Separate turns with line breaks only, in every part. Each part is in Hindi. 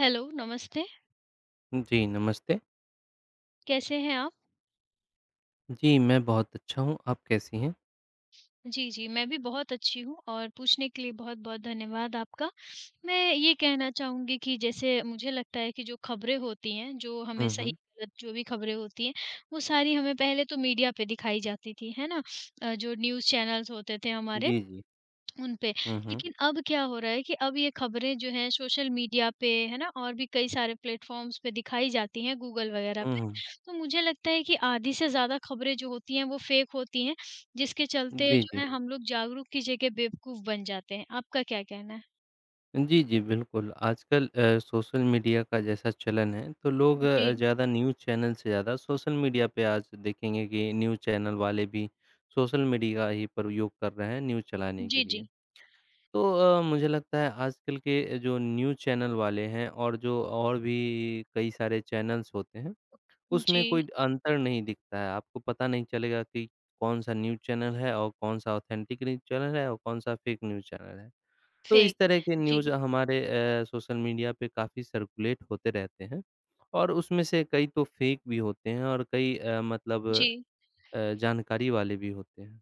हेलो, नमस्ते,
जी, नमस्ते।
कैसे हैं आप?
जी, मैं बहुत अच्छा हूँ, आप कैसी हैं?
जी, जी, मैं भी बहुत अच्छी हूँ और पूछने के लिए बहुत-बहुत धन्यवाद आपका। मैं ये कहना चाहूँगी कि जैसे मुझे लगता है कि जो खबरें होती हैं, जो हमें
हुँ, हुँ।
सही-गलत जो भी खबरें होती हैं, वो सारी हमें पहले तो मीडिया पे दिखाई जाती थी, है ना? जो न्यूज़ चैनल्स होते थे हमारे
जी, जी।
उन पे।
हुँ, हुँ।
लेकिन अब क्या हो रहा है कि अब ये खबरें जो हैं सोशल मीडिया पे, है ना? और भी कई सारे प्लेटफ़ॉर्म्स पे दिखाई जाती हैं, गूगल वगैरह
हुँ,
पे।
हुँ।
तो मुझे लगता है कि आधी से ज़्यादा खबरें जो होती हैं वो फ़ेक होती हैं, जिसके चलते
जी,
जो
जी।
है हम लोग जागरूक की जगह बेवकूफ़ बन जाते हैं। आपका क्या कहना है?
जी, जी, बिल्कुल। आजकल सोशल मीडिया का जैसा चलन है, तो लोग
जी।
ज़्यादा न्यूज़ चैनल से ज़्यादा सोशल मीडिया पे आज देखेंगे कि न्यूज़ चैनल वाले भी सोशल मीडिया ही प्रयोग कर रहे हैं न्यूज़ चलाने के
जी,
लिए।
जी।
तो मुझे लगता है आजकल के जो न्यूज़ चैनल वाले हैं और जो और भी कई सारे चैनल्स होते हैं उसमें कोई
जी,
अंतर नहीं दिखता है, आपको पता नहीं चलेगा कि कौन-सा न्यूज़ चैनल है और कौन-सा ऑथेंटिक न्यूज़ चैनल है और कौन-सा फ़ेक न्यूज़ चैनल है। तो इस
फ़ेक।
तरह के
जी,
न्यूज़ हमारे सोशल मीडिया पे काफ़ी सर्कुलेट होते रहते हैं और उसमें से कई तो फ़ेक भी होते हैं और कई मतलब
जी।
जानकारी वाले भी होते हैं।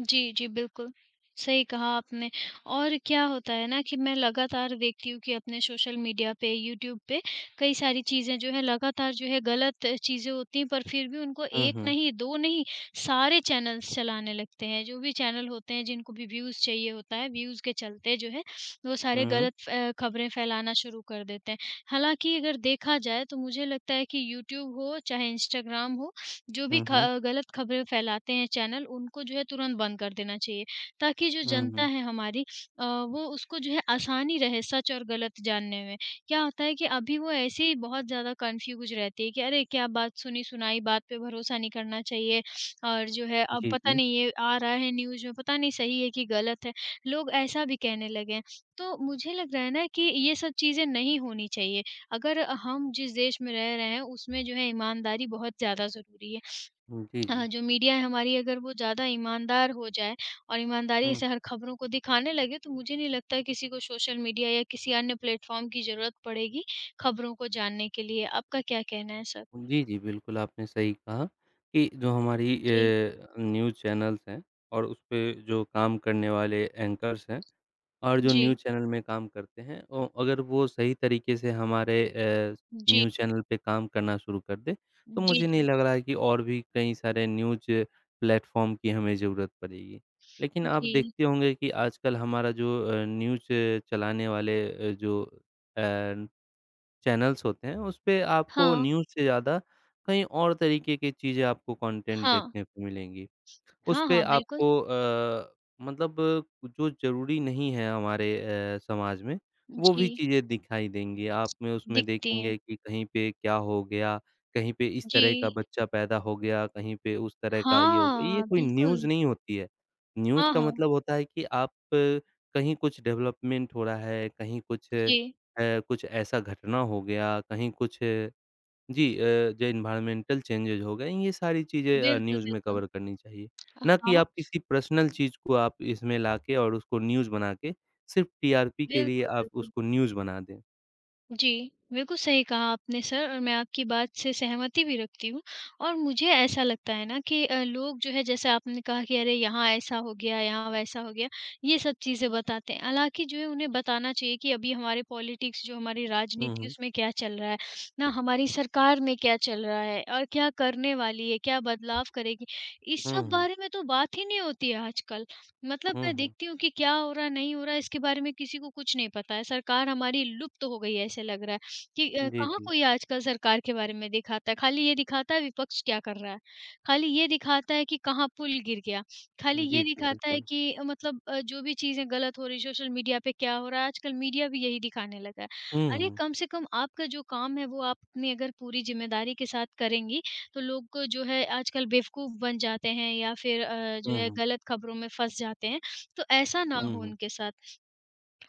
जी, जी, बिल्कुल। सही कहा आपने और क्या होता है ना कि मैं लगातार देखती हूँ कि अपने सोशल मीडिया पे, यूट्यूब पे कई सारी चीज़ें जो हैं लगातार जो है गलत चीज़ें होती हैं, पर फिर भी उनको
हुँ,
1
हुँ।
नहीं, 2 नहीं, सारे चैनल्स चलाने लगते हैं। जो भी चैनल होते हैं जिनको भी व्यूज़ चाहिए होता है, व्यूज़ के चलते जो है वो सारे
हुँ,
गलत फ खबरें फैलाना शुरू कर देते हैं। हालाँकि अगर देखा जाए तो मुझे लगता है कि यूट्यूब हो, चाहे इंस्टाग्राम हो जो भी
हुँ,
ख
हुँ,
गलत खबरें फैलाते हैं चैनल, उनको जो है तुरंत बंद कर देना चाहिए, ताकि जो
हुँ,
जनता
हुँ।
है हमारी वो उसको जो है आसानी रहे सच और गलत जानने में। क्या होता है कि अभी वो ऐसे ही बहुत ज़्यादा कन्फ्यूज़ रहती है कि अरे! क्या बात सुनी-सुनाई बात पे भरोसा नहीं करना चाहिए और जो है अब
जी,
पता
जी।
नहीं ये आ रहा है न्यूज़ में, पता नहीं सही है कि गलत है, लोग ऐसा भी कहने लगे हैं। तो मुझे लग रहा है ना कि ये सब चीज़ें नहीं होनी चाहिए। अगर हम जिस देश में रह रहे हैं, उसमें जो है ईमानदारी बहुत ज़्यादा ज़रूरी है।
जी, जी।
हाँ, जो मीडिया है हमारी अगर वो ज़्यादा ईमानदार हो जाए और ईमानदारी
हुँ।
से हर ख़बरों को दिखाने लगे, तो मुझे नहीं लगता है किसी को सोशल मीडिया या किसी अन्य प्लेटफ़ॉर्म की ज़रूरत पड़ेगी ख़बरों को जानने के लिए। आपका क्या कहना है सर?
जी, जी, बिल्कुल आपने सही कहा कि जो हमारी
जी,
न्यूज़ चैनल्स हैं और उसपे जो काम करने वाले एंकर्स हैं और जो न्यूज़
जी,
चैनल में काम करते हैं औ अगर वो सही तरीके से हमारे
जी,
न्यूज़ चैनल पे काम करना शुरू कर दें, तो
जी,
मुझे नहीं
जी,
लग रहा है कि और भी कई सारे न्यूज़ प्लेटफ़ॉर्म की हमें ज़रूरत पड़ेगी। लेकिन आप
जी।
देखते होंगे कि आजकल हमारा जो न्यूज़ चलाने वाले जो अ चैनल्स होते हैं, उसपे आपको
हाँ,
न्यूज़ से ज़्यादा कहीं और तरीके की चीज़ें आपको कंटेंट
हाँ,
देखने को मिलेंगी। उस
हाँ,
पे
हाँ, बिल्कुल।
आपको मतलब जो ज़रूरी नहीं है हमारे समाज में, वो
जी,
भी चीज़ें दिखाई देंगी। आप में उसमें
दिखती हैं।
देखेंगे कि कहीं पे क्या हो गया, कहीं पे इस तरह का
जी,
बच्चा पैदा हो गया, कहीं पे उस तरह का ये हो गया। ये
हाँ,
कोई
बिल्कुल।
न्यूज़ नहीं होती है। न्यूज़
हाँ,
का
हाँ।
मतलब होता है कि आप कहीं कुछ डेवलपमेंट हो रहा है, कहीं कुछ
जी,
कुछ ऐसा घटना हो गया, कहीं कुछ जो एनवायरमेंटल चेंजेज़ हो गए, ये सारी चीज़ें
बिल्कुल,
न्यूज़ में
बिल्कुल।
कवर करनी चाहिए। ना कि
हाँ,
आप किसी पर्सनल चीज़ को आप इसमें लाके और उसको न्यूज़ बना के सिर्फ़ टीआरपी के लिए
बिल्कुल,
आप
बिल्कुल।
उसको न्यूज़ बना दें।
जी, बिल्कुल सही कहा आपने सर और मैं आपकी बात से सहमति भी रखती हूँ और मुझे ऐसा लगता है ना कि लोग जो है जैसे आपने कहा कि अरे यहाँ ऐसा हो गया, यहाँ वैसा हो गया, ये सब चीज़ें बताते हैं। हालाँकि जो है उन्हें बताना चाहिए कि अभी हमारे पॉलिटिक्स जो हमारी
हुँ,
राजनीति
हुँ।
उसमें क्या चल रहा है, ना हमारी सरकार में क्या चल रहा है और क्या करने वाली है, क्या बदलाव करेगी, इस
हुँ,
सब
हुँ।
बारे में तो बात ही नहीं होती है आजकल। मतलब
हुँ,
मैं
हुँ।
देखती हूँ कि क्या हो रहा है, नहीं हो रहा है, इसके बारे में किसी को कुछ नहीं पता है। सरकार हमारी लुप्त हो गई है, ऐसे लग रहा है कि
जी,
कहाँ
जी।
कोई आजकल सरकार के बारे में दिखाता है। खाली ये दिखाता है विपक्ष क्या कर रहा है, खाली ये दिखाता है कि कहाँ पुल गिर गया, खाली
जी,
ये
जी,
दिखाता है
बिल्कुल।
कि मतलब जो भी चीज़ें गलत हो रही हैं, सोशल मीडिया पे क्या हो रहा है, आजकल मीडिया भी यही दिखाने लगा है।
हुँ,
अरे,
हुँ।
कम से कम आपका जो काम है, वो आप अपनी अगर पूरी ज़िम्मेदारी के साथ करेंगी, तो लोग जो है आजकल बेवकूफ़ बन जाते हैं या फिर जो
हुँ,
है
हुँ।
गलत खबरों में फँस जाते हैं। तो ऐसा ना
हुँ,
हो
हुँ।
उनके साथ।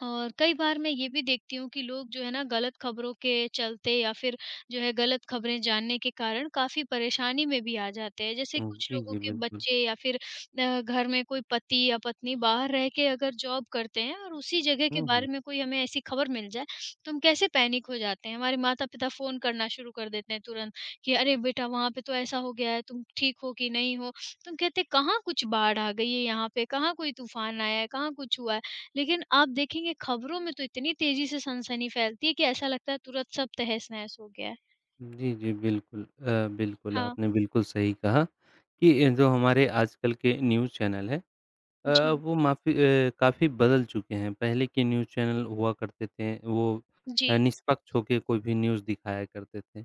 और कई बार मैं ये भी देखती हूँ कि लोग जो है ना गलत ख़बरों के चलते या फिर जो है गलत ख़बरें जानने के कारण काफ़ी परेशानी में भी आ जाते हैं। जैसे
हुँ,
कुछ
जी,
लोगों
जी,
के
बिल्कुल।
बच्चे या फिर घर में कोई पति या पत्नी बाहर रह के अगर जॉब करते हैं और उसी जगह के
हुँ, हुँ।
बारे में कोई हमें ऐसी ख़बर मिल जाए, तो हम कैसे पैनिक हो जाते हैं। हमारे माता-पिता फ़ोन करना शुरू कर देते हैं तुरंत कि अरे बेटा वहाँ पे तो ऐसा हो गया है, तुम ठीक हो कि नहीं हो? तो हम कहते हैं कहाँ कुछ बाढ़ आ गई है यहाँ पे, कहाँ कोई तूफ़ान आया है, कहाँ कुछ हुआ है। लेकिन आप देखेंगे खबरों में तो इतनी तेज़ी से सनसनी फैलती है कि ऐसा लगता है तुरंत सब तहस-नहस हो गया है।
जी, जी, बिल्कुल। बिल्कुल,
हाँ,
आपने बिल्कुल सही कहा कि जो हमारे आजकल के न्यूज़ चैनल हैं अ,
जी,
वो काफ़ी बदल चुके हैं। पहले के न्यूज़ चैनल हुआ करते थे, वो
जी।
निष्पक्ष होके कोई भी न्यूज़ दिखाया करते थे।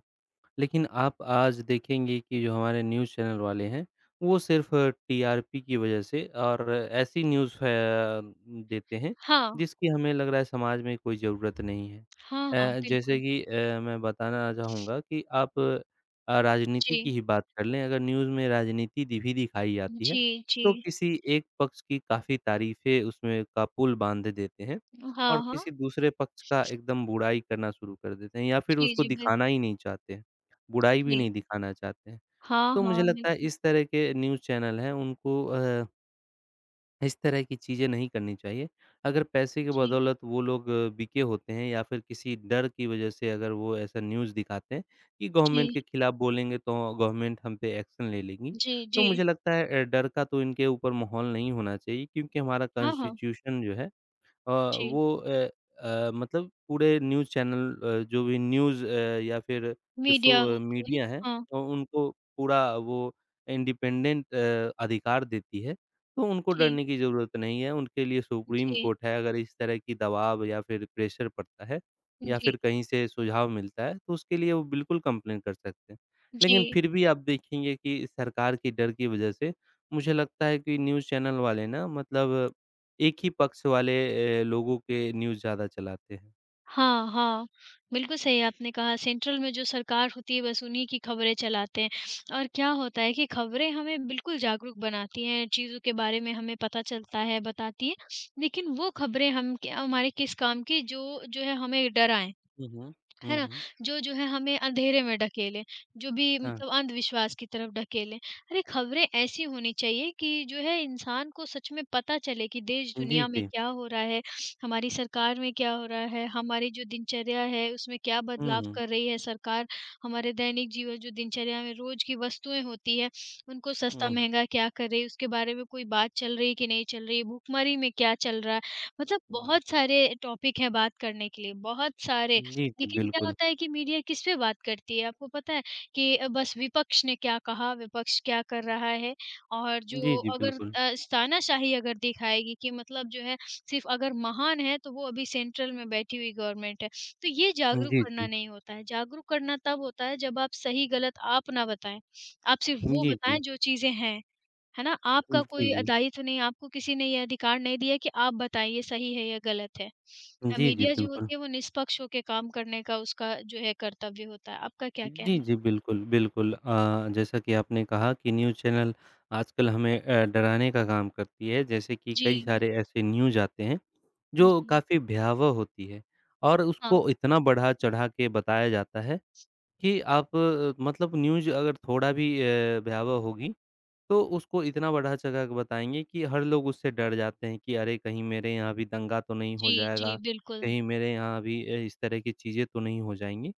लेकिन आप आज देखेंगे कि जो हमारे न्यूज़ चैनल वाले हैं, वो सिर्फ़ टीआरपी की वजह से और ऐसी न्यूज़ फ़ै देते हैं,
हाँ,
जिसकी हमें लग रहा है समाज में कोई ज़रूरत नहीं है।
हाँ, हाँ,
जैसे
बिल्कुल।
कि मैं बताना चाहूँगा कि आप राजनीति की
जी,
ही बात कर लें, अगर न्यूज़ में राजनीति दि भी दिखाई जाती है,
जी, जी।
तो किसी एक पक्ष की काफ़ी तारीफ़ें उसमें का पुल बाँध देते हैं और
हाँ, हाँ।
किसी दूसरे पक्ष का एकदम बुराई करना शुरू कर देते हैं या फिर
जी,
उसको
जी,
दिखाना
बिल्कुल,
ही नहीं चाहते। बुराई भी
जी।
नहीं दिखाना चाहते हैं।
हाँ,
तो मुझे
हाँ,
लगता है
बिल्कुल।
इस तरह के न्यूज़ चैनल हैं उनको इस तरह की चीज़ें नहीं करनी चाहिए। अगर पैसे की
जी,
बदौलत वो लोग बिके होते हैं या फिर किसी डर की वज़ह से अगर वो ऐसा न्यूज़ दिखाते हैं कि गवर्नमेंट
जी,
के खिलाफ बोलेंगे तो गवर्नमेंट हम पे एक्शन ले लेगी।
जी,
तो
जी।
मुझे लगता है डर का तो इनके ऊपर माहौल नहीं होना चाहिए क्योंकि हमारा
हाँ, हाँ,
कॉन्स्टिट्यूशन जो है अ,
जी।
वो मतलब पूरे न्यूज़ चैनल जो भी न्यूज़ या फिर जो
मीडिया
सो
होती है।
मीडिया है
हाँ,
उनको पूरा वो इंडिपेंडेंट अधिकार देती है, तो उनको
जी,
डरने की ज़रूरत नहीं है, उनके लिए सुप्रीम
जी,
कोर्ट है, अगर इस तरह की दबाव या फिर प्रेशर पड़ता है या फिर
जी,
कहीं से सुझाव मिलता है, तो उसके लिए वो बिल्कुल कंप्लेन कर सकते हैं।
जी।
लेकिन फिर भी आप देखेंगे कि सरकार के डर की वजह से मुझे लगता है कि न्यूज़ चैनल वाले ना मतलब एक ही पक्ष वाले लोगों के न्यूज़ ज़्यादा चलाते हैं।
हाँ, हाँ। बिल्कुल सही आपने कहा सेंट्रल में जो सरकार होती है बस उन्हीं की खबरें चलाते हैं। और क्या होता है कि खबरें हमें बिल्कुल जागरूक बनाती हैं, चीज़ों के बारे में हमें पता चलता है, बताती हैं। लेकिन वो खबरें हम क हमारे किस काम की जो जो है हमें डराएँ।
हुँ, हुँ।
है ना?
हुँ,
जो है हमें अंधेरे में ढकेले, जो भी
हाँ।
मतलब अंधविश्वास की तरफ ढकेले। अरे! खबरें ऐसी होनी चाहिए कि जो है इंसान को सच में पता चले कि
जी,
देश-दुनिया में
जी।
क्या हो रहा है, हमारी सरकार में क्या हो रहा है, हमारी जो दिनचर्या है उसमें क्या बदलाव
हुँ।
कर रही है सरकार, हमारे दैनिक जीवन जो दिनचर्या में रोज़ की वस्तुएँ होती है, उनको
हुँ, हुँ,
सस्ता-महँगा क्या कर रही है, उसके बारे में कोई बात चल रही है कि नहीं चल रही है, भुखमरी में क्या चल रहा है। मतलब
हुँ।
बहुत सारे टॉपिक हैं बात करने के लिए, बहुत सारे।
जी, जी,
लेकिन क्या
बिल्कुल।
होता है कि मीडिया किस पे बात करती है, आपको पता है कि बस विपक्ष ने क्या कहा, विपक्ष क्या कर रहा है और
जी,
जो
जी,
अगर
बिल्कुल।
तानाशाही अगर दिखाएगी कि मतलब जो है सिर्फ़ अगर महान है, तो वो अभी सेंट्रल में बैठी हुई गवर्नमेंट है। तो ये जागरूक
जी,
करना
जी।
नहीं होता है, जागरूक करना तब होता है जब आप सही-गलत आप ना बताएँ, आप सिर्फ़ वो
जी, जी।
बताएँ जो चीज़ें हैं। है ना? आपका
जी,
कोई
जी।
दायित्व नहीं, आपको किसी ने ये अधिकार नहीं दिया कि आप बताइए सही है या गलत है।
जी, जी,
मीडिया जो
बिल्कुल।
होती है वो निष्पक्ष होके काम करने का उसका जो है कर्तव्य होता है। आपका क्या
जी,
कहना है?
जी, बिल्कुल, बिल्कुल। जैसा कि आपने कहा कि न्यूज़ चैनल आजकल हमें डराने का काम करती है, जैसे कि
जी,
कई
जी।
सारे ऐसे न्यूज़ आते हैं, जो
जी।
काफ़ी भयावह होती है और
हाँ।
उसको इतना बढ़ा-चढ़ा के बताया जाता है कि आप मतलब न्यूज़ अगर थोड़ा भी भयावह होगी, तो उसको इतना बढ़ा-चढ़ा के बताएँगे कि हर लोग उससे डर जाते हैं कि अरे! कहीं मेरे यहाँ भी दंगा तो नहीं हो
जी,
जाएगा,
जी, बिल्कुल।
कहीं मेरे यहाँ भी इस तरह की चीज़ें तो नहीं हो जाएँगी।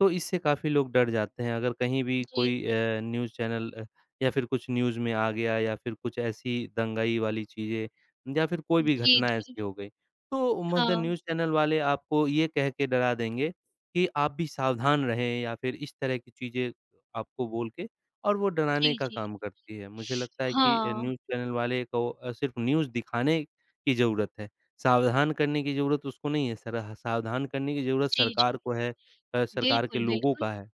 तो इससे काफ़ी लोग डर जाते हैं, अगर कहीं भी
जी।
कोई न्यूज़ चैनल या फिर कुछ न्यूज़ में आ गया या फिर कुछ ऐसी दंगाई वाली चीज़ें या फिर कोई भी
जी,
घटना
जी।
ऐसी हो गई, तो मतलब
हाँ।
न्यूज़ चैनल वाले आपको ये कह के डरा देंगे कि आप भी सावधान रहें या फिर इस तरह की चीज़ें आपको बोल के और वो डराने
जी,
का
जी।
काम करती है। मुझे लगता है कि
हाँ।
न्यूज़ चैनल वाले को सिर्फ़ न्यूज़ दिखाने की ज़रूरत है, सावधान करने की ज़रूरत उसको नहीं है, सरा सावधान करने की ज़रूरत
जी,
सरकार
जी।
को है सरकार के
बिल्कुल,
लोगों
बिल्कुल।
का है।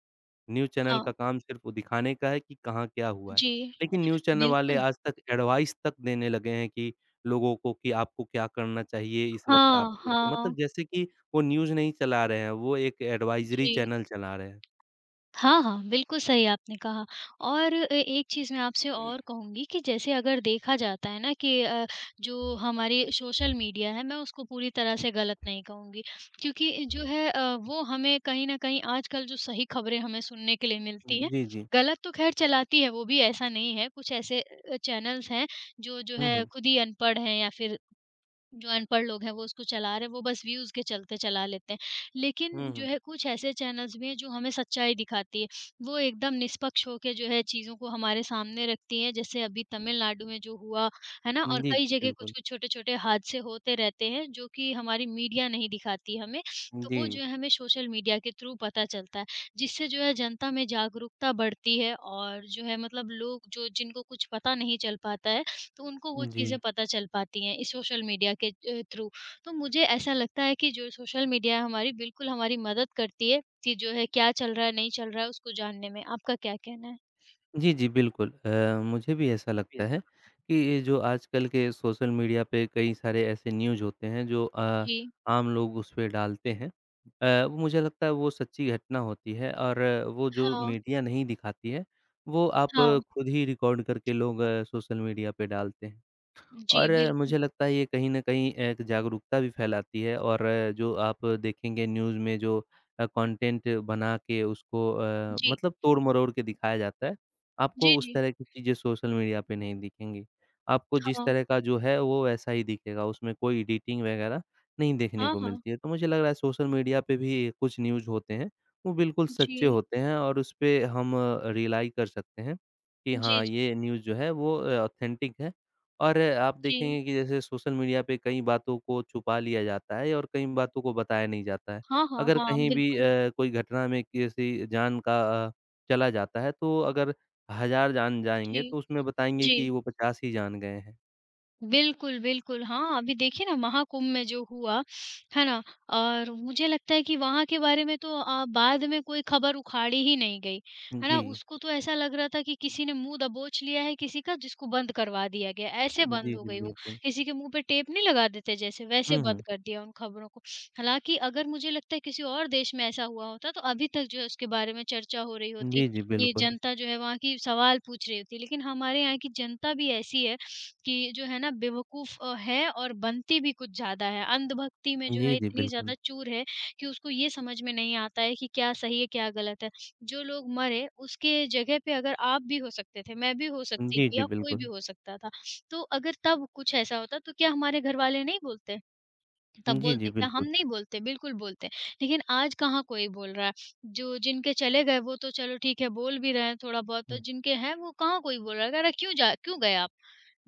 न्यूज़ चैनल का
हाँ।
काम सिर्फ़ वो दिखाने का है कि कहाँ क्या हुआ है।
जी।
लेकिन न्यूज़ चैनल वाले
बिल्कुल।
आज तक एडवाइस तक देने लगे हैं कि लोगों को कि आपको क्या करना चाहिए इस वक़्त
हाँ,
आपको मतलब
हाँ।
जैसे कि वो न्यूज़ नहीं चला रहे हैं, वो एक एडवाइज़री
जी।
चैनल चला रहे हैं।
हाँ, हाँ, बिल्कुल सही आपने कहा और एक चीज़ मैं आपसे और कहूँगी कि जैसे अगर देखा जाता है ना कि जो हमारी सोशल मीडिया है, मैं उसको पूरी तरह से गलत नहीं कहूँगी क्योंकि जो है वो हमें कहीं न कहीं आजकल जो सही खबरें हमें सुनने के लिए मिलती हैं,
जी, जी।
गलत तो ख़ैर चलाती है, वो भी ऐसा नहीं है, कुछ ऐसे चैनल्स हैं जो
हुँ,
है
हुँ।
खुद ही अनपढ़ हैं या फिर जो अनपढ़ लोग हैं वो उसको चला रहे हैं, वो बस व्यूज़ के चलते चला लेते हैं।
हुँ,
लेकिन जो
हुँ।
है कुछ ऐसे चैनल्स भी हैं जो हमें सच्चाई दिखाती है। वो एकदम निष्पक्ष होके जो है चीज़ों को हमारे सामने रखती हैं। जैसे अभी तमिलनाडु में जो हुआ, है ना?
जी,
और
जी,
कई जगह
बिल्कुल।
कुछ-कुछ छोटे-छोटे हादसे होते रहते हैं जो कि हमारी मीडिया नहीं दिखाती हमें। तो
जी,
वो जो है हमें सोशल मीडिया के थ्रू पता चलता है, जिससे जो है जनता में जागरूकता बढ़ती है और जो है मतलब लोग जो जिनको कुछ पता नहीं चल पाता है तो उनको वो
जी।
चीज़ें पता चल पाती हैं इस सोशल मीडिया के थ्रू। तो मुझे ऐसा लगता है कि जो सोशल मीडिया है हमारी बिल्कुल हमारी मदद करती है कि जो है क्या चल रहा है, नहीं चल रहा है उसको जानने में। आपका क्या कहना है?
जी, जी, बिल्कुल। मुझे भी ऐसा लगता है कि ये जो आजकल के सोशल मीडिया पे कई सारे ऐसे न्यूज़ होते हैं जो
जी।
आम लोग उस पे डालते हैं। वो मुझे लगता है वो सच्ची घटना होती है और वो जो
हाँ,
मीडिया नहीं दिखाती है, वो आप
हाँ।
खुद ही रिकॉर्ड करके लोग सोशल मीडिया पे डालते हैं।
जी,
और
बिल्कुल।
मुझे लगता है ये कहीं न कहीं एक जागरूकता भी फैलाती है और जो आप देखेंगे न्यूज़ में जो कंटेंट बना के उसको
जी।
मतलब तोड़-मरोड़ के दिखाया जाता है, आपको
जी,
उस
जी।
तरह की चीज़ें सोशल मीडिया पे नहीं दिखेंगी। आपको जिस
हाँ।
तरह का जो है वो वैसा ही दिखेगा, उसमें कोई एडिटिंग वगैरह नहीं देखने
हाँ,
को
हाँ।
मिलती है। तो मुझे लग रहा है सोशल मीडिया पे भी कुछ न्यूज़ होते हैं, वो बिल्कुल सच्चे
जी।
होते हैं और उसपे हम रिलाई कर सकते हैं कि
जी,
हाँ,
जी।
ये न्यूज़ जो है वो ऑथेंटिक है और आप
जी।
देखेंगे कि जैसे सोशल मीडिया पे कई बातों को छुपा लिया जाता है और कई बातों को बताया नहीं जाता है।
हाँ, हाँ,
अगर
हाँ।
कहीं भी
बिल्कुल।
कोई घटना में किसी जान का अ, चला जाता है तो अगर 1,000 जान जाएँगे
जी,
तो उसमें बताएँगे
जी।
कि वो 50 ही जान गए हैं।
बिल्कुल, बिल्कुल। हाँ, अभी देखिए ना महाकुंभ में जो हुआ, है ना? और मुझे लगता है कि वहाँ के बारे में तो बाद में कोई खबर उखाड़ी ही नहीं गई, है ना?
जी।
उसको तो ऐसा लग रहा था कि किसी ने मुँह दबोच लिया है किसी का जिसको बंद करवा दिया गया, ऐसे
जी,
बंद हो
जी,
गई वो।
बिल्कुल।
किसी के मुँह पे टेप नहीं लगा देते जैसे, वैसे
हुँ,
बंद
हुँ।
कर दिया उन खबरों को। हालाँकि अगर मुझे लगता है किसी और देश में ऐसा हुआ होता तो अभी तक जो है उसके बारे में चर्चा हो रही होती,
जी, जी,
कि
बिल्कुल।
जनता जो है वहाँ की सवाल पूछ रही होती। लेकिन हमारे यहाँ की जनता भी ऐसी है कि जो है ना बेवकूफ़ है और बनती भी कुछ ज़्यादा है। अंधभक्ति में जो है
जी, जी,
इतनी
बिल्कुल।
ज़्यादा चूर है कि उसको ये समझ में नहीं आता है कि क्या सही है, क्या गलत है। जो लोग मरे उसके जगह पे अगर आप भी हो सकते थे, मैं भी हो सकती
जी,
थी
जी,
या कोई भी
बिल्कुल।
हो सकता था। तो अगर तब कुछ ऐसा होता तो क्या हमारे घरवाले नहीं बोलते? तब
जी, जी,
बोलते क्या हम
बिल्कुल।
नहीं बोलते, बिल्कुल बोलते। लेकिन आज कहाँ कोई बोल रहा है। जो जिनके चले गए वो तो चलो ठीक है बोल भी रहे हैं थोड़ा बहुत, तो
हुँ।
जिनके हैं वो कहाँ कोई बोल रहा है, कह रहा है क्यों गए आप?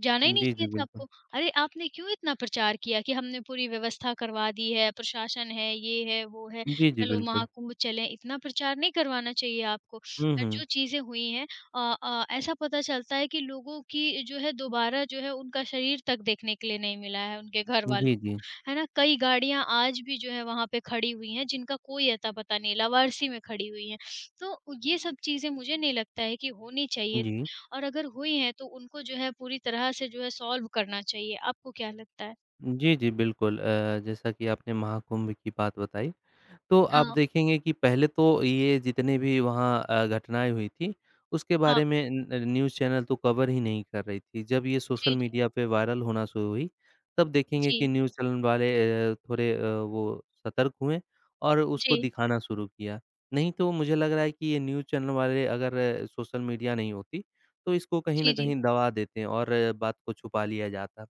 जाना ही नहीं
जी, जी,
चाहिए था
बिल्कुल।
आपको। अरे, आपने क्यों इतना प्रचार किया कि हमने पूरी व्यवस्था करवा दी है, प्रशासन है, ये है, वो है,
जी, जी,
चलो
बिल्कुल।
महाकुंभ चलें, इतना प्रचार नहीं करवाना चाहिए आपको।
हुँ,
और
हुँ।
जो चीज़ें हुई हैं ऐसा पता चलता है कि लोगों की जो है दोबारा जो है उनका शरीर तक देखने के लिए नहीं मिला है, उनके घरवालों
जी,
को,
जी।
है ना? कई गाड़ियाँ आज भी जो है वहाँ पे खड़ी हुई हैं, जिनका कोई अता पता नहीं, लवारसी में खड़ी हुई हैं। तो ये सब चीज़ें मुझे नहीं लगता है कि होनी चाहिए थी।
जी।
और अगर हुई हैं तो उनको जो है पूरी तरह से जो है सॉल्व करना चाहिए। आपको क्या लगता है?
जी, जी, बिल्कुल। जैसा कि आपने महाकुंभ की बात बताई, तो आप
हाँ,
देखेंगे कि पहले तो ये जितने भी वहाँ घटनाएँ हुई थी, उसके
हाँ।
बारे में न न न्यूज़ चैनल तो कवर ही नहीं कर रही थी। जब ये सोशल
जी, जी।
मीडिया पे वायरल होना शुरू हुई, तब देखेंगे कि
जी,
न्यूज़ चैनल वाले थोड़े वो सतर्क हुए और उसको
जी।
दिखाना शुरू किया। नहीं तो मुझे लग रहा है कि ये न्यूज़ चैनल वाले अगर सोशल मीडिया नहीं होती, तो इसको कहीं न
जी, जी।
कहीं दबा देते और बात को छुपा लिया जाता।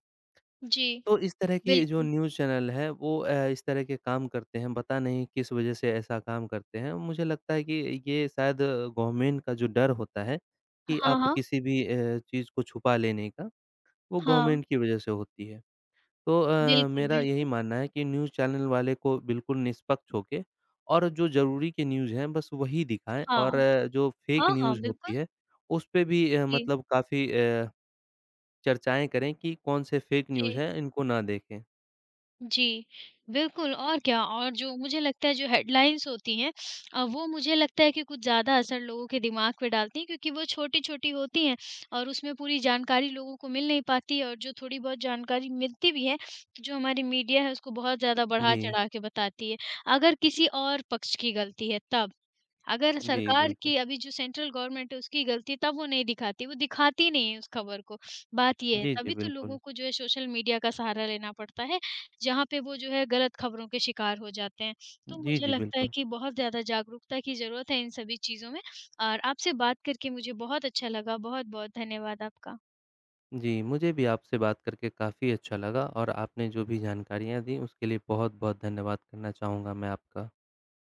जी,
तो इस तरह की जो
बिल्कुल।
न्यूज़ चैनल है वो इस तरह के काम करते हैं, पता नहीं किस वजह से ऐसा काम करते हैं। मुझे लगता है कि ये शायद गवर्नमेंट का जो डर होता है कि
हाँ,
आप
हाँ।
किसी भी चीज़ को छुपा लेने का, वो
हाँ,
गवर्नमेंट की वजह से होती है। तो
बिल्कुल,
मेरा यही
बिल्कुल।
मानना है कि न्यूज़ चैनल वाले को बिल्कुल निष्पक्ष होके और जो ज़रूरी की न्यूज़ हैं बस वही दिखाएँ
हाँ।
और जो फ़ेक
हाँ, हाँ,
न्यूज़
बिल्कुल।
होती है, उस पे भी
जी,
मतलब काफ़ी चर्चाएँ करें कि कौन से फ़ेक न्यूज़
जी।
हैं, इनको ना देखें।
जी, बिल्कुल और क्या और जो मुझे लगता है जो हेडलाइन्स होती हैं वो मुझे लगता है कि कुछ ज़्यादा असर लोगों के दिमाग पे डालती हैं क्योंकि वो छोटी-छोटी होती हैं और उसमें पूरी जानकारी लोगों को मिल नहीं पाती और जो थोड़ी बहुत जानकारी मिलती भी है, तो जो हमारी मीडिया है उसको बहुत ज़्यादा
जी।
बढ़ा-चढ़ा के बताती है, अगर किसी और पक्ष की गलती है तब। अगर
जी,
सरकार
बिल्कुल।
की अभी जो सेंट्रल गवर्नमेंट है उसकी गलती तब वो नहीं दिखाती, वो दिखाती नहीं है उस खबर को, बात ये है।
जी, जी,
तभी तो
बिल्कुल।
लोगों को जो है सोशल मीडिया का सहारा लेना पड़ता है, जहाँ पे वो जो है गलत खबरों के शिकार हो जाते हैं। तो
जी,
मुझे
जी,
लगता है
बिल्कुल।
कि बहुत ज़्यादा जागरूकता की ज़रूरत है इन सभी चीज़ों में और आपसे बात करके मुझे बहुत अच्छा लगा। बहुत-बहुत धन्यवाद आपका।
जी, मुझे भी आपसे बात करके काफ़ी अच्छा लगा और आपने जो भी जानकारियाँ दी, उसके लिए बहुत-बहुत धन्यवाद करना चाहूँगा मैं आपका।